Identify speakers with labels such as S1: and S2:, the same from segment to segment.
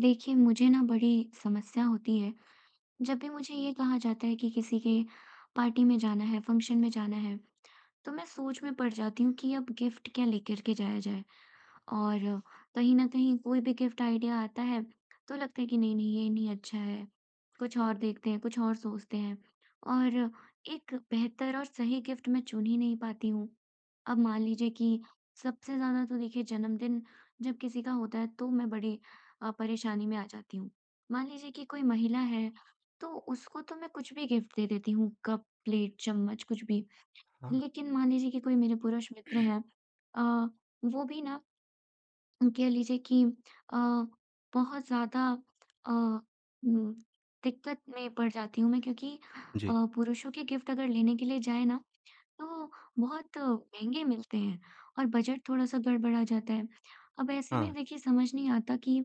S1: देखिए, मुझे ना बड़ी समस्या होती है, जब भी मुझे ये कहा जाता है कि किसी के पार्टी में जाना है, फंक्शन में जाना है, तो मैं सोच में पड़ जाती हूँ कि अब गिफ्ट क्या लेकर के जाया जाए। और कहीं न कहीं कोई भी गिफ्ट आइडिया आता है, तो लगता है कि नहीं, नहीं ये नहीं अच्छा है, कुछ और देखते हैं, कुछ और सोचते हैं और एक बेहतर और सही गिफ्ट मैं चुन ही नहीं पाती हूँ। अब मान लीजिए कि सबसे ज़्यादा तो देखिए जन्मदिन जब किसी का होता है तो मैं बड़ी परेशानी में आ जाती हूँ। मान लीजिए कि कोई महिला है, तो उसको तो मैं कुछ भी गिफ्ट दे देती हूँ, कप, प्लेट, चम्मच कुछ भी।
S2: हाँ,
S1: लेकिन मान लीजिए कि कोई मेरे पुरुष मित्र हैं अ, वो भी ना कह लीजिए कि अ, बहुत ज़्यादा अ, उम, दिक्कत में पड़ जाती हूँ मैं क्योंकि
S2: जी।
S1: पुरुषों के गिफ्ट अगर लेने के लिए जाए ना तो बहुत महंगे मिलते हैं और बजट थोड़ा-सा गड़बड़ा जाता है। अब ऐसे
S2: हाँ,
S1: में देखिए समझ नहीं आता कि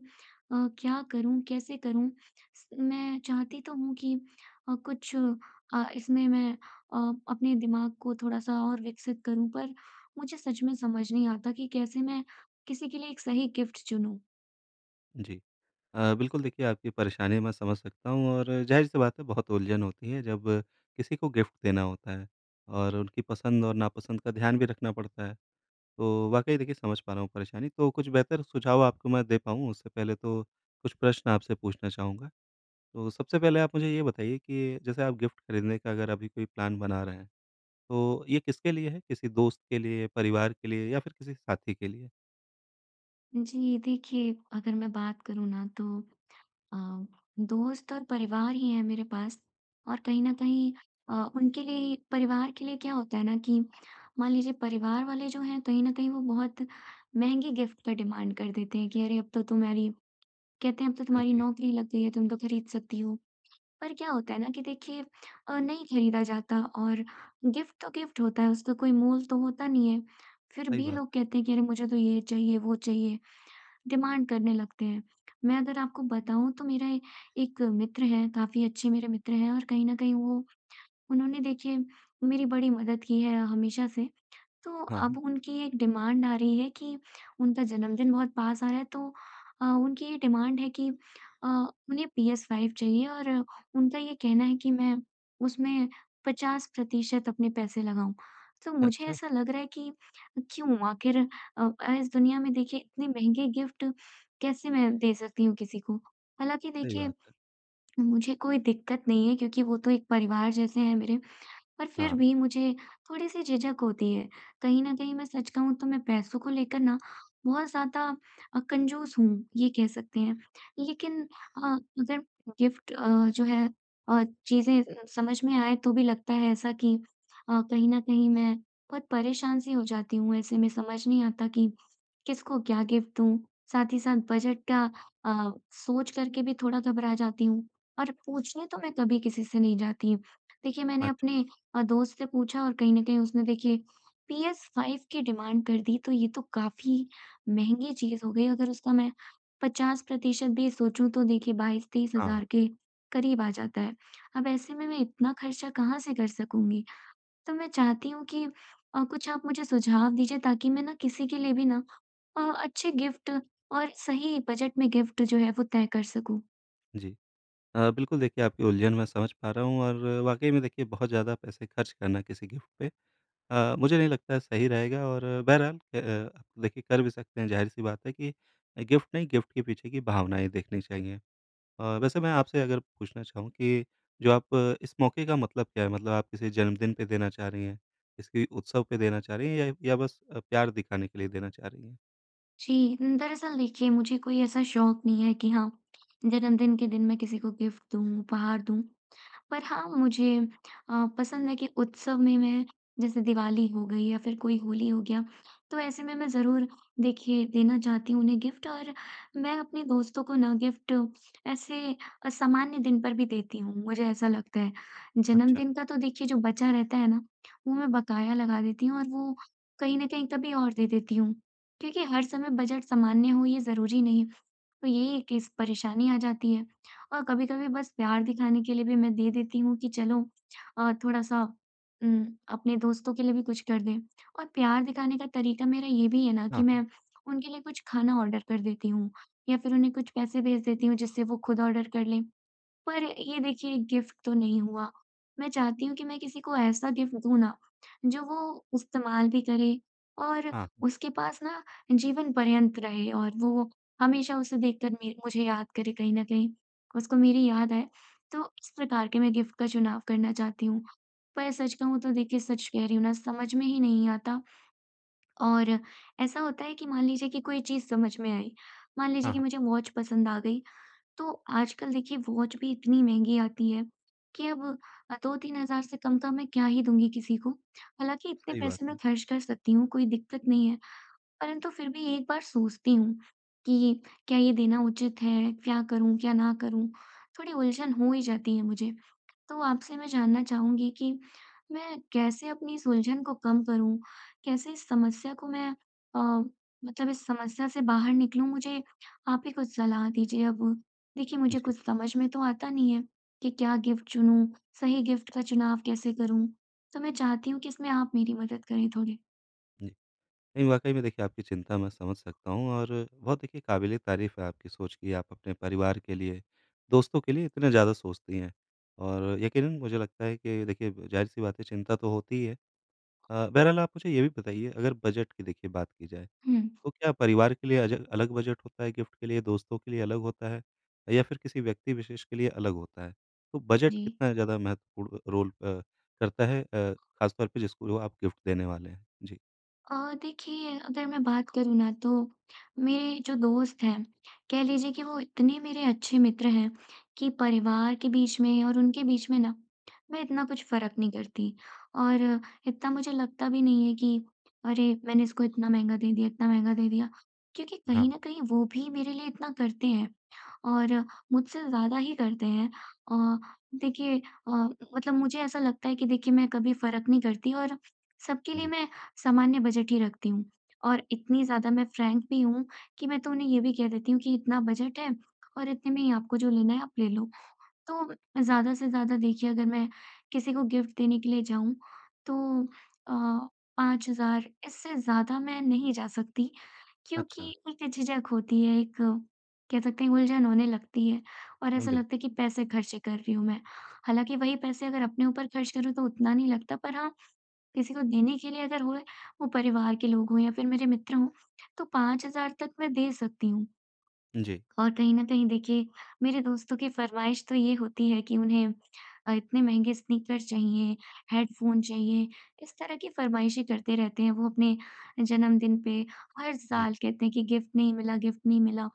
S1: क्या करूँ, कैसे करूँ? स मैं चाहती तो हूँ कि कुछ इसमें मैं अपने दिमाग को थोड़ा-सा और विकसित करूँ पर मुझे सच में समझ नहीं आता कि कैसे मैं किसी के लिए एक सही गिफ्ट चुनूँ?
S2: जी। बिल्कुल देखिए आपकी परेशानी मैं समझ सकता हूँ और ज़ाहिर-सी बात है बहुत उलझन होती है जब किसी को गिफ्ट देना होता है और उनकी पसंद और नापसंद का ध्यान भी रखना पड़ता है। तो वाक़ई देखिए समझ पा रहा हूँ परेशानी। तो कुछ बेहतर सुझाव आपको मैं दे पाऊँ उससे पहले तो कुछ प्रश्न आपसे पूछना चाहूँगा। तो सबसे पहले आप मुझे ये बताइए कि जैसे आप गिफ्ट खरीदने का अगर अभी कोई प्लान बना रहे हैं, तो ये किसके लिए है? किसी दोस्त के लिए, परिवार के लिए या फिर किसी साथी के लिए?
S1: जी, देखिए अगर मैं बात करूँ ना तो अ, दोस्त और परिवार ही है मेरे पास और कहीं न कहीं उनके लिए परिवार के लिए क्या होता है ना कि मान लीजिए परिवार वाले जो हैं कहीं न कहीं वो बहुत महँगे गिफ्ट का डिमांड कर देते हैं कि अरे अब तो तुम्हारी कहते हैं अब तो
S2: हाँ
S1: तुम्हारी
S2: जी,
S1: नौकरी लग गई है, तुम तो खरीद सकती हो। पर क्या होता है ना कि देखिए नहीं खरीदा जाता और गिफ्ट तो गिफ्ट होता है, उसका कोई मोल तो होता नहीं है। फिर
S2: सही
S1: भी
S2: बात
S1: लोग
S2: है।
S1: कहते हैं कि अरे मुझे तो ये चाहिए, वो चाहिए। डिमांड करने लगते हैं। मैं अगर आपको बताऊँ तो मेरा ए एक मित्र है, काफ़ी अच्छे मेरे मित्र हैं और कहीं न कहीं वो उन्होंने देखिए मेरी बड़ी मदद की है हमेशा से। तो
S2: हाँ,
S1: अब
S2: हाँ।
S1: उनकी एक डिमांड आ रही है कि उनका जन्मदिन बहुत पास आ रहा है तो उनकी ये डिमांड है कि उन्हें PS5 चाहिए और उनका ये कहना है कि मैं उसमें 50% अपने पैसे लगाऊँ। तो मुझे
S2: अच्छा।
S1: ऐसा लग रहा है कि क्यों आखिर अ, इस दुनिया में देखिए इतने महँगे गिफ्ट कैसे मैं दे सकती हूँ किसी को? हालाँकि
S2: सही
S1: देखिए
S2: बात है।
S1: मुझे कोई दिक्कत नहीं है क्योंकि वो तो एक परिवार जैसे हैं मेरे। पर फिर
S2: हाँ,
S1: भी मुझे थोड़ी-सी झिझक होती है। कहीं न कहीं मैं सच कहूँ तो मैं पैसों को लेकर ना बहुत ज़्यादा कंजूस हूँ, ये कह सकते हैं। लेकिन अ, अगर गिफ्ट जो है चीज़ें समझ में आए तो भी लगता है ऐसा कि कहीं न कहीं मैं बहुत परेशान-सी हो जाती हूँ। ऐसे में समझ नहीं आता कि किसको क्या गिफ्ट दूँ? साथ ही साथ बजट का अ, सोच करके भी थोड़ा घबरा जाती हूँ और पूछने तो मैं कभी किसी से नहीं जाती। देखिए, मैंने
S2: अच्छा।
S1: अपने दोस्त से पूछा और कहीं न कहीं उसने देखिए PS 5 की डिमांड कर दी, तो ये तो काफ़ी महँगी चीज़ हो गई। अगर उसका मैं 50% भी सोचूँ तो देखिए 22-23
S2: हाँ,
S1: हज़ार
S2: हाँ।
S1: के करीब आ जाता है। अब ऐसे में मैं इतना खर्चा कहाँ से कर सकूँगी? तो मैं चाहती हूँ कि कुछ आप मुझे सुझाव दीजिए ताकि मैं ना किसी के लिए भी ना अच्छे गिफ्ट और सही बजट में गिफ्ट जो है वो तय कर सकूँ।
S2: जी। बिल्कुल देखिए आपकी उलझन मैं समझ पा रहा हूँ और वाक़ई में देखिए बहुत ज़्यादा पैसे खर्च करना किसी गिफ्ट पे मुझे नहीं लगता है सही रहेगा और बहरहाल आप देखिए कर भी सकते हैं, ज़ाहिर-सी बात है कि गिफ्ट नहीं, गिफ्ट के पीछे की भावनाएँ देखनी चाहिए। वैसे मैं आपसे अगर पूछना चाहूँ कि जो आप इस मौके का मतलब क्या है? मतलब आप किसी जन्मदिन पे देना चाह रही हैं, किसी उत्सव पे देना चाह रही हैं या बस प्यार दिखाने के लिए देना चाह रही हैं?
S1: जी, दरअसल देखिए मुझे कोई ऐसा शौक नहीं है कि हाँ, जन्मदिन के दिन मैं किसी को गिफ्ट दूँ, उपहार दूँ। पर हाँ, मुझे पसंद है कि उत्सव में मैं जैसे दिवाली हो गई या फिर कोई होली हो गया, तो ऐसे में मैं ज़रूर देखिए देना चाहती हूँ उन्हें गिफ्ट और मैं अपने दोस्तों को ना गिफ्ट ऐसे असामान्य दिन पर भी देती हूँ, मुझे ऐसा लगता है।
S2: अच्छा।
S1: जन्मदिन का तो देखिए जो बचा रहता है ना, वो मैं बकाया लगा देती हूँ और वो कहीं न कहीं कभी और दे देती हूँ, क्योंकि हर समय बजट सामान्य हो ये ज़रूरी नहीं। तो ये एक इस परेशानी आ जाती है। और कभी-कभी बस प्यार दिखाने के लिए भी मैं दे देती हूँ कि चलो थोड़ा-सा उम, अपने दोस्तों के लिए भी कुछ कर दें। और प्यार दिखाने का तरीका मेरा ये भी है ना कि मैं
S2: हाँ,
S1: उनके लिए कुछ खाना ऑर्डर कर देती हूँ या फिर उन्हें कुछ पैसे भेज देती हूँ जिससे वो खुद ऑर्डर कर लें। पर ये देखिए गिफ्ट तो नहीं हुआ। मैं चाहती हूँ कि मैं किसी को ऐसा गिफ्ट दूँ ना, जो वो इस्तेमाल भी करे और
S2: हाँ,
S1: उसके पास ना जीवन पर्यंत रहे और वो हमेशा उसे देखकर मे मुझे याद करे कहीं न कहीं, उसको मेरी याद आए। तो इस प्रकार के मैं गिफ्ट का चुनाव करना चाहती हूँ। पर सच कहूँ तो देखिए सच कह रही हूँ ना समझ में ही नहीं आता और ऐसा होता है कि मान लीजिए कि कोई चीज़ समझ में आई, मान लीजिए
S2: हाँ,
S1: कि
S2: हाँ।
S1: मुझे वॉच पसंद आ गई तो आजकल देखिए वॉच भी इतनी महँगी आती है कि अब 2-3 हज़ार से कम का मैं क्या ही दूँगी किसी को। हालाँकि इतने
S2: सही बात
S1: पैसे मैं
S2: है।
S1: खर्च कर सकती हूँ, कोई दिक्कत नहीं है। परंतु फिर भी एक बार सोचती हूँ कि क्या ये देना उचित है? क्या करूँ, क्या ना करूँ? थोड़ी उलझन हो ही जाती है मुझे। तो आपसे मैं जानना चाहूँगी कि मैं कैसे अपनी इस उलझन को कम करूँ? कैसे इस समस्या को मैं अ, मतलब इस समस्या से बाहर निकलूँ? मुझे आप ही कुछ सलाह दीजिए अब। देखिए, मुझे
S2: जी।
S1: कुछ समझ में तो आता नहीं है कि क्या गिफ्ट चुनूँ, सही गिफ्ट का चुनाव कैसे करूँ? तो मैं चाहती हूँ कि इसमें आप मेरी मदद करें थोड़ी।
S2: जी। नहीं, वाक़ई में देखिए आपकी चिंता मैं समझ सकता हूँ और बहुत देखिए काबिले तारीफ़ है आपकी सोच कि आप अपने परिवार के लिए, दोस्तों के लिए इतना ज़्यादा सोचती हैं। और यकीनन मुझे लगता है कि देखिए ज़ाहिर-सी बात है चिंता तो होती ही है। बहरहाल आप मुझे ये भी बताइए, अगर बजट की देखिए बात की जाए,
S1: हुँ,
S2: तो क्या परिवार के लिए अजग अलग बजट होता है गिफ्ट के लिए, दोस्तों के लिए अलग होता है या फिर किसी व्यक्ति विशेष के लिए अलग होता है? तो बजट
S1: जी।
S2: कितना ज़्यादा महत्वपूर्ण रोल करता है, ख़ासतौर पे जिसको आप गिफ्ट देने वाले हैं? जी।
S1: अ, देखिए अगर मैं बात करूँ ना तो मेरे जो दोस्त हैं, कह लीजिए कि वो इतने मेरे अच्छे मित्र हैं कि परिवार के बीच में और उनके बीच में ना मैं इतना कुछ फ़र्क नहीं करती। और इतना मुझे लगता भी नहीं है कि अरे! मैंने इसको इतना महँगा दे दिया, इतना महँगा दे दिया। क्योंकि
S2: हाँ।
S1: कहीं न कहीं वो भी मेरे लिए इतना करते हैं और मुझसे ज़्यादा ही करते हैं। अ, देखिए अ, मतलब मुझे ऐसा लगता है कि देखिए मैं कभी फ़र्क नहीं करती और सबके लिए
S2: जी।
S1: मैं सामान्य बजट ही रखती हूँ और इतनी ज़्यादा मैं फ्रैंक भी हूँ कि मैं तो उन्हें ये भी कह देती हूँ कि इतना बजट है और इतने में ही आपको जो लेना है आप ले लो। तो ज़्यादा से ज़्यादा देखिए अगर मैं किसी को गिफ्ट देने के लिए जाऊँ तो अ, 5,000 इससे ज़्यादा मैं नहीं जा सकती क्योंकि
S2: अच्छा।
S1: एक झिझक होती है, एक कह सकते हैं उलझन होने लगती है और
S2: हाँ,
S1: ऐसा
S2: बिल्कुल।
S1: लगता है कि पैसे खर्चे कर रही हूँ मैं। हालाँकि वही पैसे अगर अपने ऊपर खर्च करूँ तो उतना नहीं लगता पर हाँ किसी को देने के लिए अगर होए, वो परिवार के लोग हों या फिर मेरे मित्र हों, तो 5,000 तक मैं दे सकती हूँ।
S2: जी,
S1: और कहीं न कहीं देखिए, मेरे दोस्तों की फ़रमाइश तो ये होती है कि उन्हें इतने महँगे स्नीकर्स चाहिए, हेडफ़ोन चाहिए, इस तरह की फ़रमाइशें करते रहते हैं। वो अपने जन्मदिन पे हर
S2: जी।
S1: साल कहते हैं कि गिफ्ट नहीं मिला, गिफ्ट नहीं मिला।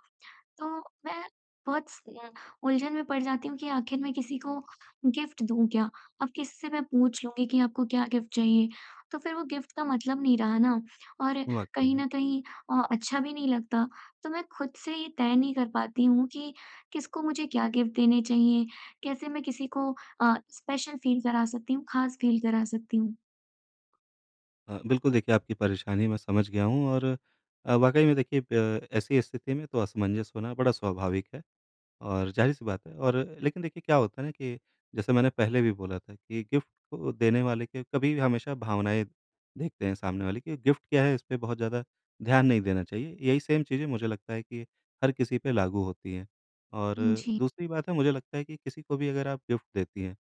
S1: तो मैं बहुत स अ, उलझन में पड़ जाती हूँ कि आखिर मैं किसी को गिफ्ट दूँ क्या? अब किसी से मैं पूछ लूँगी कि आपको क्या गिफ्ट चाहिए? तो फिर वो गिफ्ट का मतलब नहीं रहा ना और
S2: वाक़ई
S1: कहीं
S2: में।
S1: न कहीं अच्छा भी नहीं लगता। तो मैं खुद से ये तय नहीं कर पाती हूँ कि किसको मुझे क्या गिफ्ट देने चाहिए? कैसे मैं किसी को स्पेशल फ़ील करा सकती हूँ, ख़ास फ़ील करा सकती हूँ?
S2: बिल्कुल देखिए आपकी परेशानी मैं समझ गया हूँ और वाक़ई में देखिए ऐसी स्थिति में तो असमंजस होना बड़ा स्वाभाविक है और ज़ाहिर-सी बात है। और लेकिन देखिए क्या होता है ना कि जैसे मैंने पहले भी बोला था कि गिफ्ट को देने वाले के कभी भी हमेशा भावनाएँ देखते हैं सामने वाले की, गिफ्ट क्या है इस पे बहुत ज़्यादा ध्यान नहीं देना चाहिए। यही सेम चीज़ें मुझे लगता है कि हर किसी पे लागू होती हैं। और
S1: जी।
S2: दूसरी बात है, मुझे लगता है कि किसी को भी अगर आप गिफ्ट देती हैं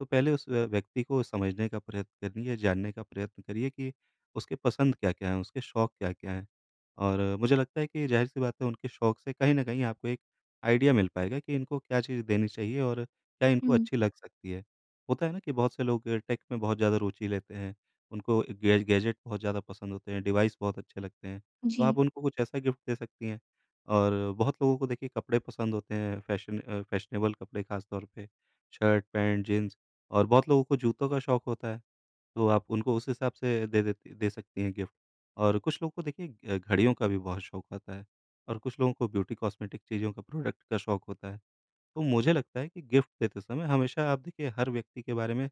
S2: तो पहले उस व्यक्ति को समझने का प्रयत्न करिए, जानने का प्रयत्न करिए कि उसके पसंद क्या-क्या हैं, उसके शौक क्या-क्या हैं। और मुझे लगता है कि ज़ाहिर-सी बात है, उनके शौक से कहीं न कहीं आपको एक आइडिया मिल पाएगा कि इनको क्या चीज़ देनी चाहिए और क्या इनको
S1: हुँ।
S2: अच्छी लग सकती है। होता है ना कि बहुत से लोग टेक में बहुत ज़्यादा रुचि लेते हैं, उनको गै गैजेट बहुत ज़्यादा पसंद होते हैं, डिवाइस बहुत अच्छे लगते हैं, तो
S1: जी,
S2: आप उनको कुछ ऐसा गिफ्ट दे सकती हैं। और बहुत लोगों को देखिए कपड़े पसंद होते हैं, फैशन, फैशनेबल कपड़े ख़ास तौर पे, शर्ट, पैंट, जीन्स, और बहुत लोगों को जूतों का शौक होता है, तो आप उनको उस हिसाब से दे सकती हैं गिफ्ट। और कुछ लोगों को देखिए घड़ियों का भी बहुत शौक होता है और कुछ लोगों को ब्यूटी कॉस्मेटिक चीज़ों का, प्रोडक्ट का शौक होता है। तो मुझे लगता है कि गिफ्ट देते समय हमेशा आप देखिए हर व्यक्ति के बारे में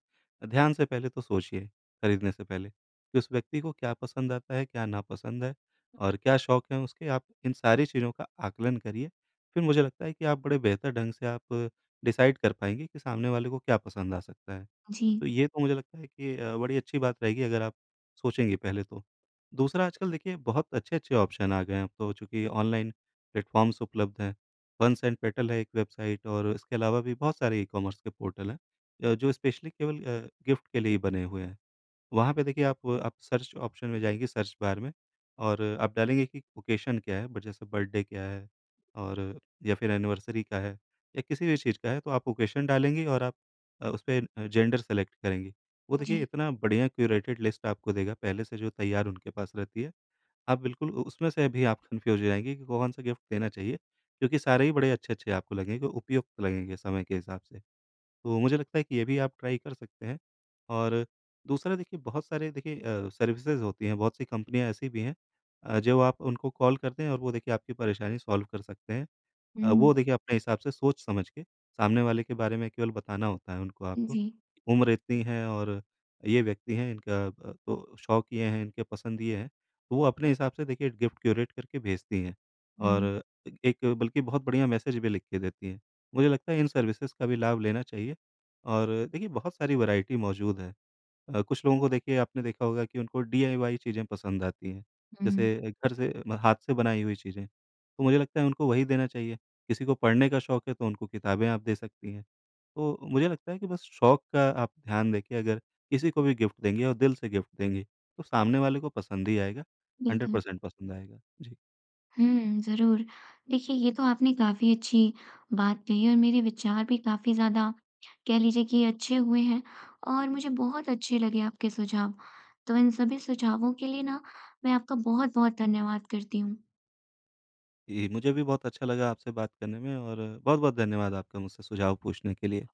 S2: ध्यान से पहले तो सोचिए, खरीदने से पहले कि उस व्यक्ति को क्या पसंद आता है, क्या नापसंद है और क्या शौक हैं उसके, आप इन सारी चीज़ों का आकलन करिए। फिर मुझे लगता है कि आप बड़े बेहतर ढंग से आप डिसाइड कर पाएँगे कि सामने वाले को क्या पसंद आ सकता है।
S1: जी,
S2: तो ये तो मुझे लगता है कि बड़ी अच्छी बात रहेगी अगर आप सोचेंगे पहले तो। दूसरा, आजकल देखिए बहुत अच्छे-अच्छे ऑप्शन आ गए हैं अब तो, चूँकि ऑनलाइन प्लेटफ़ॉर्म्स उपलब्ध हैं। हंस एंड पेटल है एक वेबसाइट, और इसके अलावा भी बहुत सारे ई-कॉमर्स के पोर्टल हैं जो स्पेशली केवल गिफ्ट के लिए ही बने हुए हैं। वहाँ पे देखिए आप सर्च ऑप्शन में जाएँगे, सर्च बार में, और आप डालेंगे कि ओकेशन क्या है, ब जैसे बर्थडे क्या है और या फिर एनिवर्सरी का है या किसी भी चीज़ का है, तो आप ओकेशन डालेंगी और आप उसपे जेंडर सेलेक्ट करेंगी। वो देखिए
S1: जी।
S2: इतना बढ़िया क्यूरेटेड लिस्ट आपको देगा, पहले से जो तैयार उनके पास रहती है। आप बिल्कुल उ उसमें से भी आप कन्फ्यूज़ हो जाएँगी कि कौन-सा गिफ्ट देना चाहिए, क्योंकि सारे ही बड़े अच्छे-अच्छे आपको लगेंगे, उपयुक्त लगेंगे समय के हिसाब से। तो मुझे लगता है कि ये भी आप ट्राई कर सकते हैं। और दूसरा देखिए, बहुत सारे देखिए सर्विसेज़ होती हैं, बहुत सी कंपनियाँ ऐसी भी हैं जो आप उनको कॉल करते हैं और वो देखिए आपकी परेशानी सॉल्व कर सकते हैं।
S1: हुँ,
S2: वो देखिए अपने हिसाब से सोच-समझ के, सामने वाले के बारे में केवल बताना होता है उनको आपको।
S1: जी।
S2: उम्र इतनी है और ये व्यक्ति हैं, इनका तो शौक ये हैं, इनके पसंद ये हैं। तो वो अपने हिसाब से देखिए गिफ्ट क्यूरेट करके भेजती हैं और
S1: हुँ,
S2: एक बल्कि बहुत बढ़िया मैसेज भी लिख के देती हैं। मुझे लगता है इन सर्विसेज़ का भी लाभ लेना चाहिए और देखिए बहुत सारी वैरायटी मौजूद है। कुछ लोगों को देखिए आपने देखा होगा कि उनको डीआईवाई चीज़ें पसंद आती हैं।
S1: हुँ।
S2: जैसे घर से म हाथ से बनाई हुई चीज़ें, तो मुझे लगता है उनको वही देना चाहिए। किसी को पढ़ने का शौक है तो उनको किताबें आप दे सकती हैं। तो मुझे लगता है कि बस शौक का आप ध्यान देके अगर किसी को भी गिफ्ट देंगे और दिल से गिफ्ट देंगे, तो सामने वाले को पसंद ही आएगा,
S1: बिल्कुल।
S2: 100% पसंद आएगा। जी।
S1: हुँ, ज़रूर। देखिए, ये तो आपने काफ़ी अच्छी बात कही और मेरे विचार भी काफ़ी ज़्यादा कह लीजिए कि अच्छे हुए हैं और मुझे बहुत अच्छे लगे आपके सुझाव। तो इन सभी सुझावों के लिए ना मैं आपका बहुत-बहुत धन्यवाद करती हूँ।
S2: जी, मुझे भी बहुत अच्छा लगा आपसे बात करने में, और बहुत-बहुत धन्यवाद आपका मुझसे सुझाव पूछने के लिए।